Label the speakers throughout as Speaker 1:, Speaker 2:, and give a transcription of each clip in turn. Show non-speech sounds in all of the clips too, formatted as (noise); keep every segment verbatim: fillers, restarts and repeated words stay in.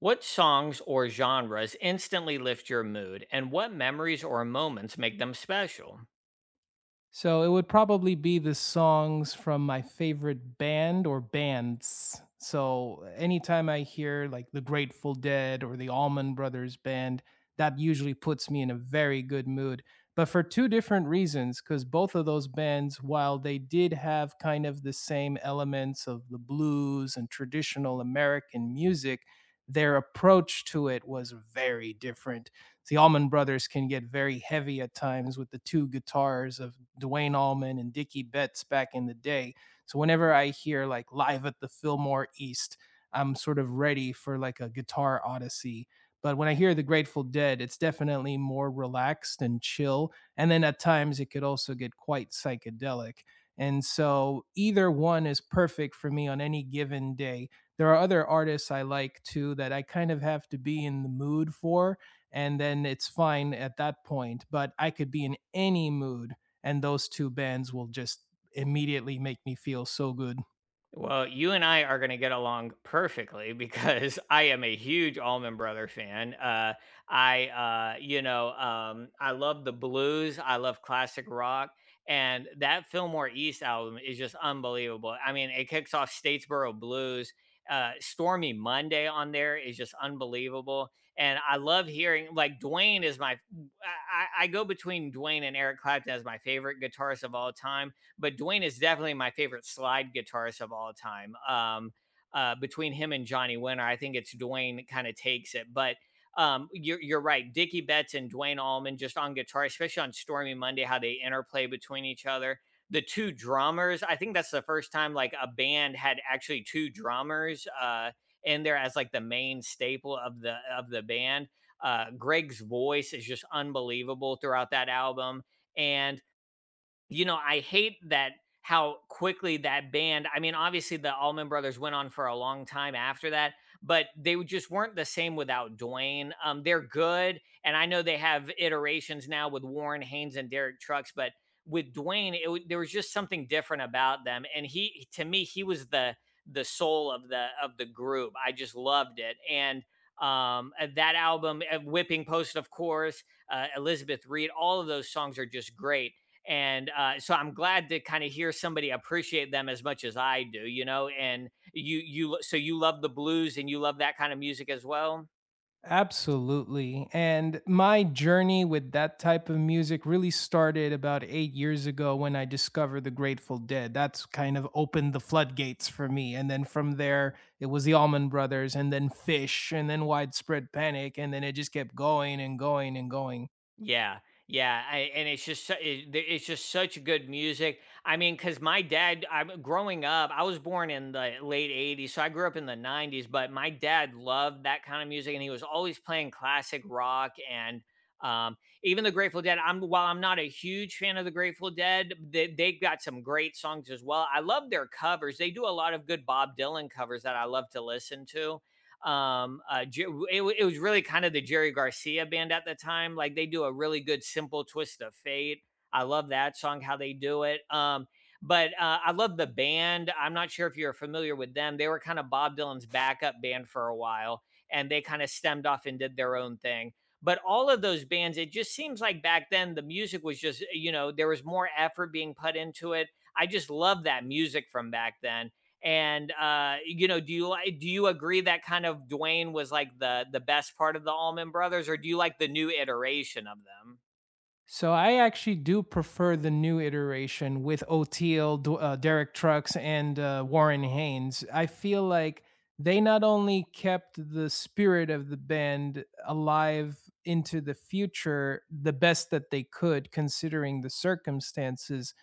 Speaker 1: What songs or genres instantly lift your mood, and what memories or moments make them special?
Speaker 2: So it would probably be the songs from my favorite band or bands. So anytime I hear like the Grateful Dead or the Allman Brothers band, that usually puts me in a very good mood. But for two different reasons, because both of those bands, while they did have kind of the same elements of the blues and traditional American music, their approach to it was very different. The Allman Brothers can get very heavy at times with the two guitars of Dwayne Allman and Dickie Betts back in the day. So whenever I hear like live at the Fillmore East, I'm sort of ready for like a guitar odyssey. But when I hear the Grateful Dead, it's definitely more relaxed and chill. And then at times it could also get quite psychedelic. And so either one is perfect for me on any given day. There are other artists I like too that I kind of have to be in the mood for, and then it's fine at that point. But I could be in any mood, and those two bands will just immediately make me feel so good.
Speaker 1: Well, you and I are going to get along perfectly because (laughs) I am a huge Allman Brother fan. Uh, I, uh, you know, um, I love the blues. I love classic rock, and that Fillmore East album is just unbelievable. I mean, it kicks off Statesboro Blues. Uh, Stormy Monday on there is just unbelievable, and I love hearing like Dwayne is my. I, I I go between Dwayne and Eric Clapton as my favorite guitarist of all time, but Dwayne is definitely my favorite slide guitarist of all time. Um, uh, between him and Johnny Winter, I think it's Dwayne kind of takes it. But um, you're, you're right. Dickie Betts and Dwayne Allman just on guitar, especially on Stormy Monday, how they interplay between each other. The two drummers, I think that's the first time like a band had actually two drummers uh, in there as like the main staple of the of the band. Uh, Greg's voice is just unbelievable throughout that album, and you know, I hate that how quickly that band, I mean, obviously, the Allman Brothers went on for a long time after that, but they w just weren't the same without Dwayne. Um, they're good, and I know they have iterations now with Warren Haynes and Derek Trucks, but with Dwayne, it w there was just something different about them, and he to me, he was the the soul of the of the group. I just loved it, and, um, uh, that album, uh, Whipping Post, of course, uh, Elizabeth Reed, all of those songs are just great, and uh, so I'm glad to kind of hear somebody appreciate them as much as I do, you know. And you you so you love the blues and you love that kind of music as well.
Speaker 2: Absolutely. And my journey with that type of music really started about eight years ago when I discovered the Grateful Dead. That's kind of opened the floodgates for me. And then from there, it was the Allman Brothers, and then Fish, and then Widespread Panic. And then it just kept going and going and going.
Speaker 1: Yeah, yeah, I, and it's just su- it, th- it's just such good music. I mean, because my dad, I'm growing up, I was born in the late eighties, so I grew up in the nineties. But my dad loved that kind of music, and he was always playing classic rock and um, even the Grateful Dead. I'm While I'm not a huge fan of the Grateful Dead, they they've got some great songs as well. I love their covers. They do a lot of good Bob Dylan covers that I love to listen to. Um, uh, it, it was really kind of the Jerry Garcia band at the time. Like they do a really good simple twist of fate. I love that song, how they do it. Um, but uh, I love the band. I'm not sure if you're familiar with them. They were kind of Bob Dylan's backup band for a while, and they kind of stemmed off and did their own thing. But all of those bands, it just seems like back then the music was just, you know, there was more effort being put into it. I just love that music from back then, and uh, you know, do you do you agree that kind of Dwayne was like the the best part of the Allman Brothers, or do you like the new iteration of them?
Speaker 2: So I actually do prefer the new iteration with O'Teal, D- uh, Derek Trucks, and uh, Warren Haynes. I feel like they not only kept the spirit of the band alive into the future the best that they could, considering the circumstances,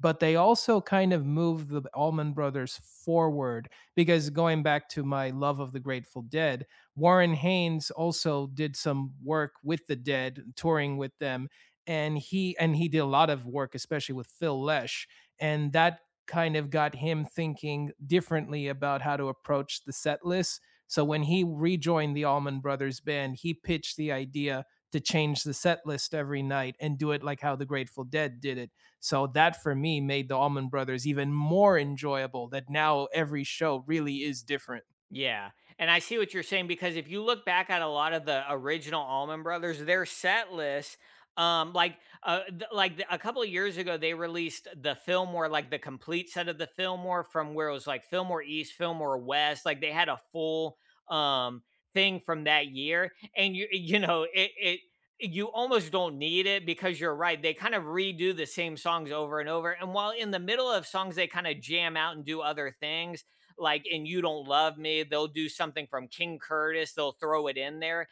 Speaker 2: but they also kind of moved the Allman Brothers forward. Because going back to my love of the Grateful Dead, Warren Haynes also did some work with the Dead, touring with them, and he and he did a lot of work, especially with Phil Lesh, and that kind of got him thinking differently about how to approach the set list. So when he rejoined the Allman Brothers band, he pitched the idea to change the set list every night and do it like how the Grateful Dead did it. So that for me made the Allman Brothers even more enjoyable, that now every show really is different.
Speaker 1: Yeah, and I see what you're saying because if you look back at a lot of the original Allman Brothers, their set list, um, like, uh, th- like the, a couple of years ago, they released the Fillmore, like the complete set of the Fillmore from where it was like Fillmore East, Fillmore West, like they had a full um thing from that year, and you eh, you know it it you almost don't need it because you're right, they kind of redo the same songs over and over, and while in the middle of songs they kind of jam out and do other things, like and you don't love me, they'll do something from King Curtis, they'll throw it in there.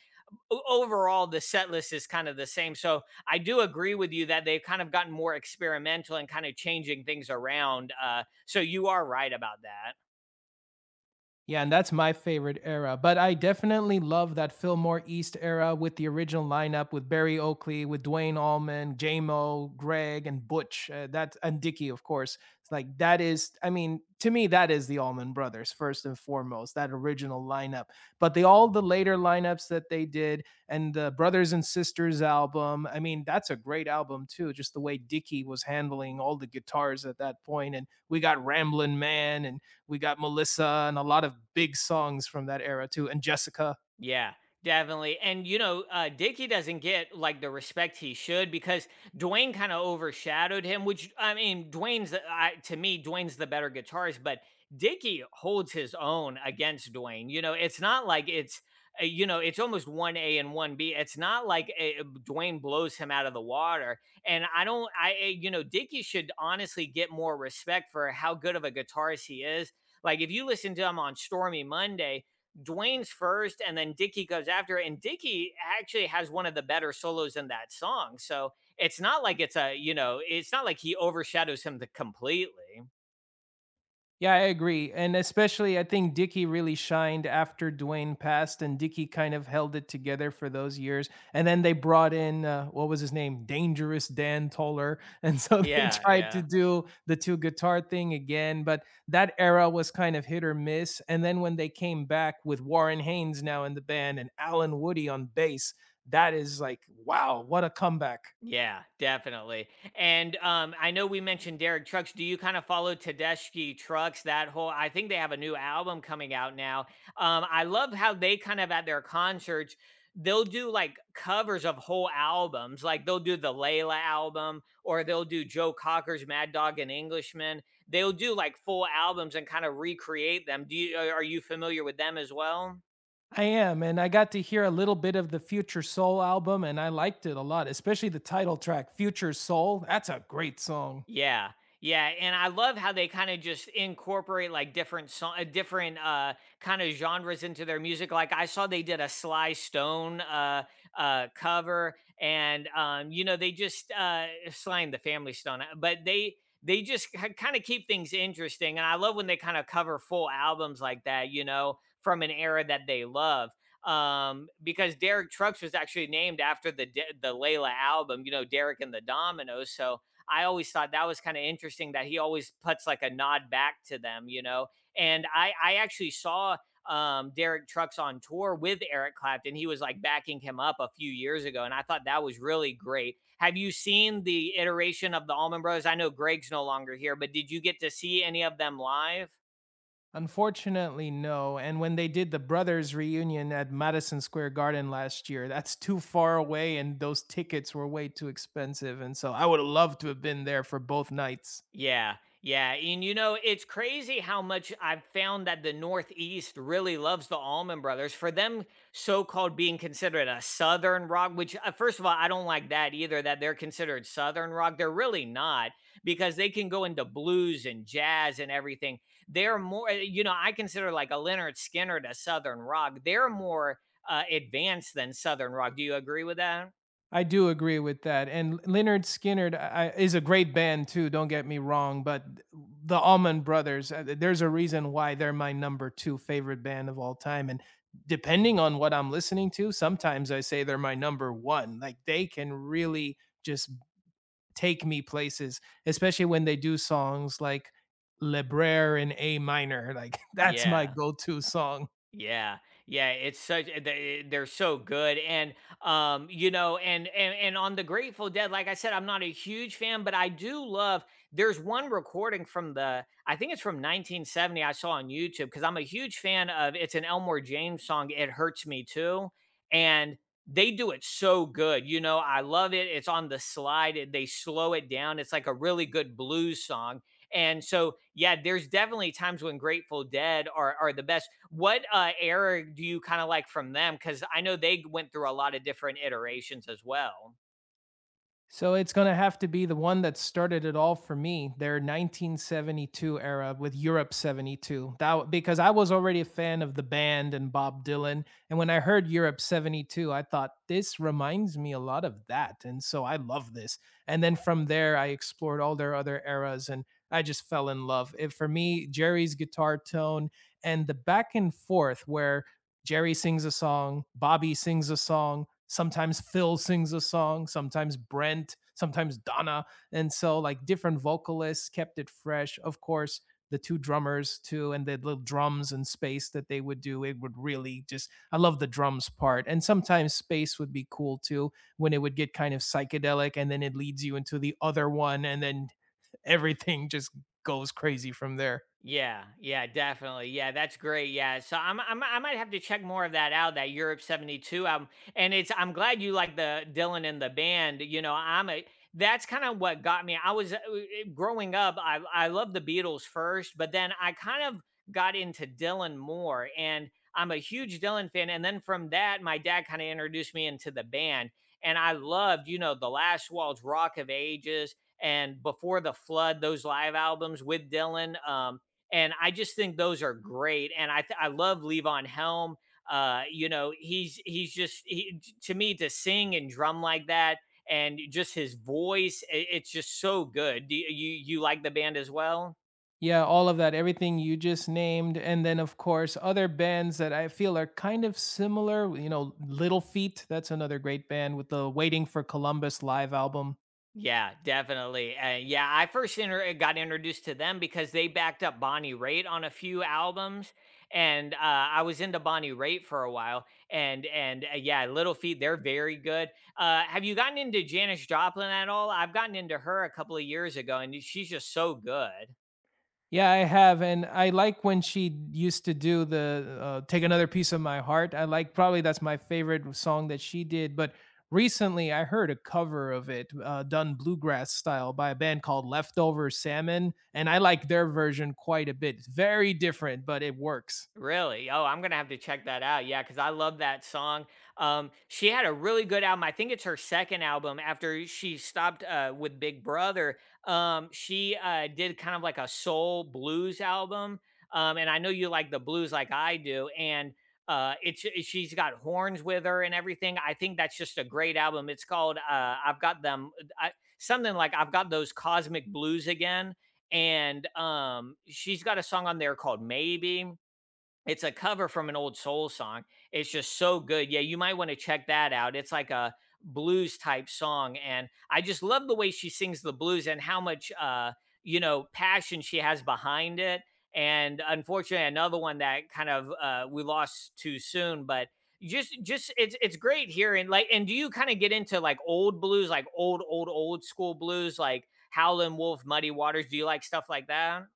Speaker 1: Overall, the set list is kind of the same, so I do agree with you that they've kind of gotten more experimental and kind of changing things around, uh, so you are right about that.
Speaker 2: Yeah, and that's my favorite era. But I definitely love that Fillmore East era with the original lineup with Barry Oakley, with Dwayne Allman, J M O, Greg, and Butch. Uh, that and Dickey, of course. It's like that is, I mean, to me, that is the Allman Brothers first and foremost. That original lineup. But the all the later lineups that they did, and the Brothers and Sisters album. I mean, that's a great album too. Just the way Dickey was handling all the guitars at that point, and we got Ramblin' Man and we got Melissa and a lot of big songs from that era too, and Jessica.
Speaker 1: Yeah, definitely. And you know, uh, Dickey doesn't get like the respect he should because Dwayne kind of overshadowed him. Which I mean, Dwayne's the- I, to me, Dwayne's the better guitarist, but Dickey holds his own against Dwayne. You know, it's not like it's uh, you know, it's almost one A and one B. It's not like uh, Dwayne blows him out of the water. And I don't, I uh, you know, Dickey should honestly get more respect for how good of a guitarist he is. Like if you listen to him on Stormy Monday, Dwayne's first, and then Dickey goes after it. And Dickey actually has one of the better solos in that song. So it's not like it's a, you know, it's not like he overshadows him the completely.
Speaker 2: Yeah, I agree. And especially, I think Dickey really shined after Dwayne passed, and Dickey kind of held it together for those years. And then they brought in, uh, what was his name? Dangerous Dan Toller. And so (laughs) they
Speaker 1: Yeah,
Speaker 2: tried to
Speaker 1: yeah.
Speaker 2: do the two guitar thing again. But that era was kind of hit or miss. And then when they came back with Warren Haynes now in the band and Alan Woody on bass, that is like, wow, what a comeback.
Speaker 1: Yeah, definitely. And um, I know we mentioned Derek Trucks. Do you kind of follow Tedeschi Trucks? That whole, I think they have a new album coming out now. Um, I love how they kind of at their concerts, they'll do like covers of whole albums. Like they'll do the Layla album, or they'll do Joe Cocker's Mad Dog and Englishman. They'll do like full albums and kind of recreate them. Do you are are you familiar with them as well?
Speaker 2: I am, and I got to hear a little bit of the Future Soul album, and I liked it a lot, especially the title track, Future Soul. That's a great song.
Speaker 1: Yeah. Yeah, and I love how they kinda just incorporate, like, different song uh, different, uh, kinda genres into their music, like, I saw they did a Sly Stone, uh, uh, cover, and, um, you know, they just, uh Sly and the Family Stone, uh, but they they just kinda keep things interesting, and I love when they kinda cover full albums like that, you know, from an era that they love, um, because Derek Trucks was actually named after the De the Layla album, you know, Derek and the Dominoes, so, I always thought that was kind of interesting that he always puts like a nod back to them, you know. And I I actually saw um, Derek Trucks on tour with Eric Clapton. He was like backing him up a few years ago, and I thought that was really great. Have you seen the iteration of the Allman Brothers? I know Greg's no longer here, but did you get to see any of them live?
Speaker 2: Unfortunately, no. And when they did the Brothers reunion at Madison Square Garden last year, that's too far away, and those tickets were way too expensive. And so I would have loved to have been there for both nights.
Speaker 1: Yeah, yeah, and you know, it's crazy how much I've found that the Northeast really loves the Allman Brothers. For them so-called being considered a Southern rock, which, uh, first of all, I don't like that either, that they're considered Southern rock. They're really not because they can go into blues and jazz and everything. They're more, uh, you know, I consider like a Leonard Skinner to Southern rock. They're more uh, advanced than Southern rock. Do you agree with that?
Speaker 2: I do agree with that. And Leonard Skinner I, is a great band too. Don't get me wrong, but the Allman Brothers, uh, there's a reason why they're my number two favorite band of all time. And depending on what I'm listening to, sometimes I say they're my number one. Like they can really just take me places, especially when they do songs like Le Braire in A minor. Like (laughs) that's my
Speaker 1: Yeah.
Speaker 2: go-to song.
Speaker 1: Yeah, yeah, it's such uh, they- eh, They're so good, and um, you know, and and and on the Grateful Dead, like I said, I'm not a huge fan, but I do love. There's one recording from the, I think it's from nineteen seventy. I saw on YouTube because I'm a huge fan of. It's an Elmore James song. It hurts me too, and they do it so good. You know, I love it. It's on the slide. And They slow it down. It's like a really good blues song, and so, yeah, there's definitely times when Grateful Dead are are the best. What uh, era do you kind of like from them? Because I know they went through a lot of different iterations as well.
Speaker 2: So it's going to have to be the one that started it all for me, their nineteen seventy-two era with Europe seventy-two. That w- because I was already a fan of the band and Bob Dylan, and when I heard Europe seventy-two, I thought this reminds me a lot of that, and so I love this. And then from there I explored all their other eras and I just fell in love. It, for me, Jerry's guitar tone and the back and forth where Jerry sings a song, Bobby sings a song, sometimes Phil sings a song, sometimes Brent, sometimes Donna. And so, like, different vocalists kept it fresh. Of course, the two drummers, too, and the little drums and space that they would do. It would really just, I love the drums part. And sometimes space would be cool, too, when it would get kind of psychedelic and then it leads you into the other one. And then (laughs) everything just goes crazy from there.
Speaker 1: Yeah, yeah, definitely. Yeah, that's great. Yeah, so I'm, I'm I might have to check more of that out. That Europe 'seventy-two album, and it's I'm glad you like the Dylan and the band. You know, I'm a that's kind of what got me. I was uh, uh, growing up. I I loved the Beatles first, but then I kind of got into Dylan more, and I'm a huge Dylan fan. And then from that, my dad kind of introduced me into the band, and I loved you know the Last Waltz, Rock of Ages, and Before the Flood. Those live albums with Dylan. Um, and I just think those are great. And I th- I love Levon Helm. Uh, you know, he's he's just he, to me to sing and drum like that, and just his voice, i- it's just so good. Do you you, you like the band as well?
Speaker 2: Yeah, all of that, everything you just named. And then, of course, other bands that I feel are kind of similar. You know, Little Feat, that's another great band with the Waiting for Columbus live album.
Speaker 1: Yeah, definitely. Uh, yeah, I first inter- got introduced to them because they backed up Bonnie Raitt on a few albums, and uh, I was into Bonnie Raitt for a while. And and uh, yeah, Little feat, they're very good. Uh, have you gotten into Janis Joplin at all? I've gotten into her a couple of years ago, and she's just so good.
Speaker 2: Yeah, I have. And I like when she used to do the uh, Take Another Piece of My Heart. I like, probably that's my favorite song that she did. But recently I heard a cover of it uh, done bluegrass style by a band called Leftover Salmon. And I like their version quite a bit. It's very different, but it works.
Speaker 1: Really? Oh, I'm gonna have to check that out. Yeah, because I love that song. Um, she had a really good album. I think it's her second album after she stopped uh, with Big Brother. Um, she uh, did kind of like a soul blues album, um, and I know you like the blues like I do. And uh, it's it- she's got horns with her and everything. I think that's just a great album. It's called uh, I've Got Them I, something like I've Got Those Cosmic Blues Again. And um, she's got a song on there called Maybe, it's a cover from an old soul song. It's just so good. Yeah, you might want to check that out. It's like a blues type song. And I just love the way she sings the blues and how much, uh, you know, passion she has behind it. And unfortunately, another one that kind of uh, we lost too soon, but just just it's it's great hearing like, and do you kind of get into like old blues, like old old old school blues, like Howlin' Wolf, Muddy Waters, do you like stuff like that?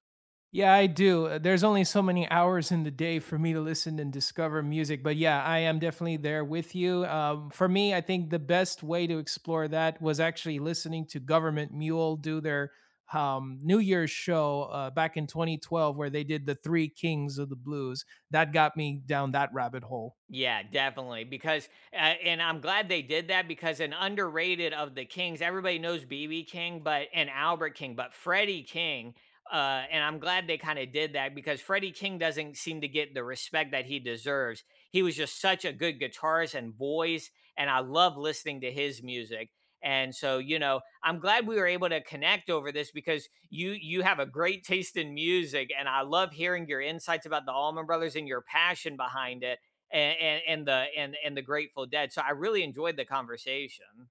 Speaker 2: Yeah, I do. Uh, There's only so many hours in the day for me to listen and discover music. But yeah, I am definitely there with you. Um, for me, I think the best way to explore that was actually listening to Government Mule do their um, New Year's show uh, back in twenty twelve, where they did the Three Kings of the Blues. That got me down that rabbit hole.
Speaker 1: Yeah, definitely. Because uh, and I'm glad they did that because an underrated of the Kings, everybody knows B B King, but and Albert King, but Freddie King. Uh, and I'm glad they kind of did that because Freddie King doesn't seem to get the respect that he deserves. He was just such a good guitarist and voice, and I love listening to his music. And so, you know, I'm glad we were able to connect over this because you you have a great taste in music, and I love hearing your insights about the Allman Brothers and your passion behind it, and, and and the and and the Grateful Dead. So I really enjoyed the conversation.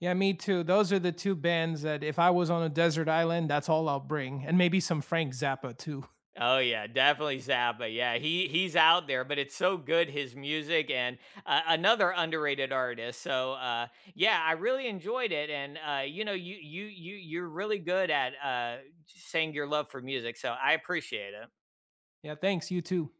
Speaker 2: Yeah, me too. Those are the two bands that if I was on a desert island, that's all I'll bring. And maybe some Frank Zappa too. (laughs)
Speaker 1: Oh yeah, definitely Zappa. Yeah, he he's out there, but it's so good his music, and uh, another underrated artist. So uh, yeah, I really enjoyed it, and uh, you know, you you you you're really good at uh, saying your love for music. So I appreciate it.
Speaker 2: Yeah, thanks. You too.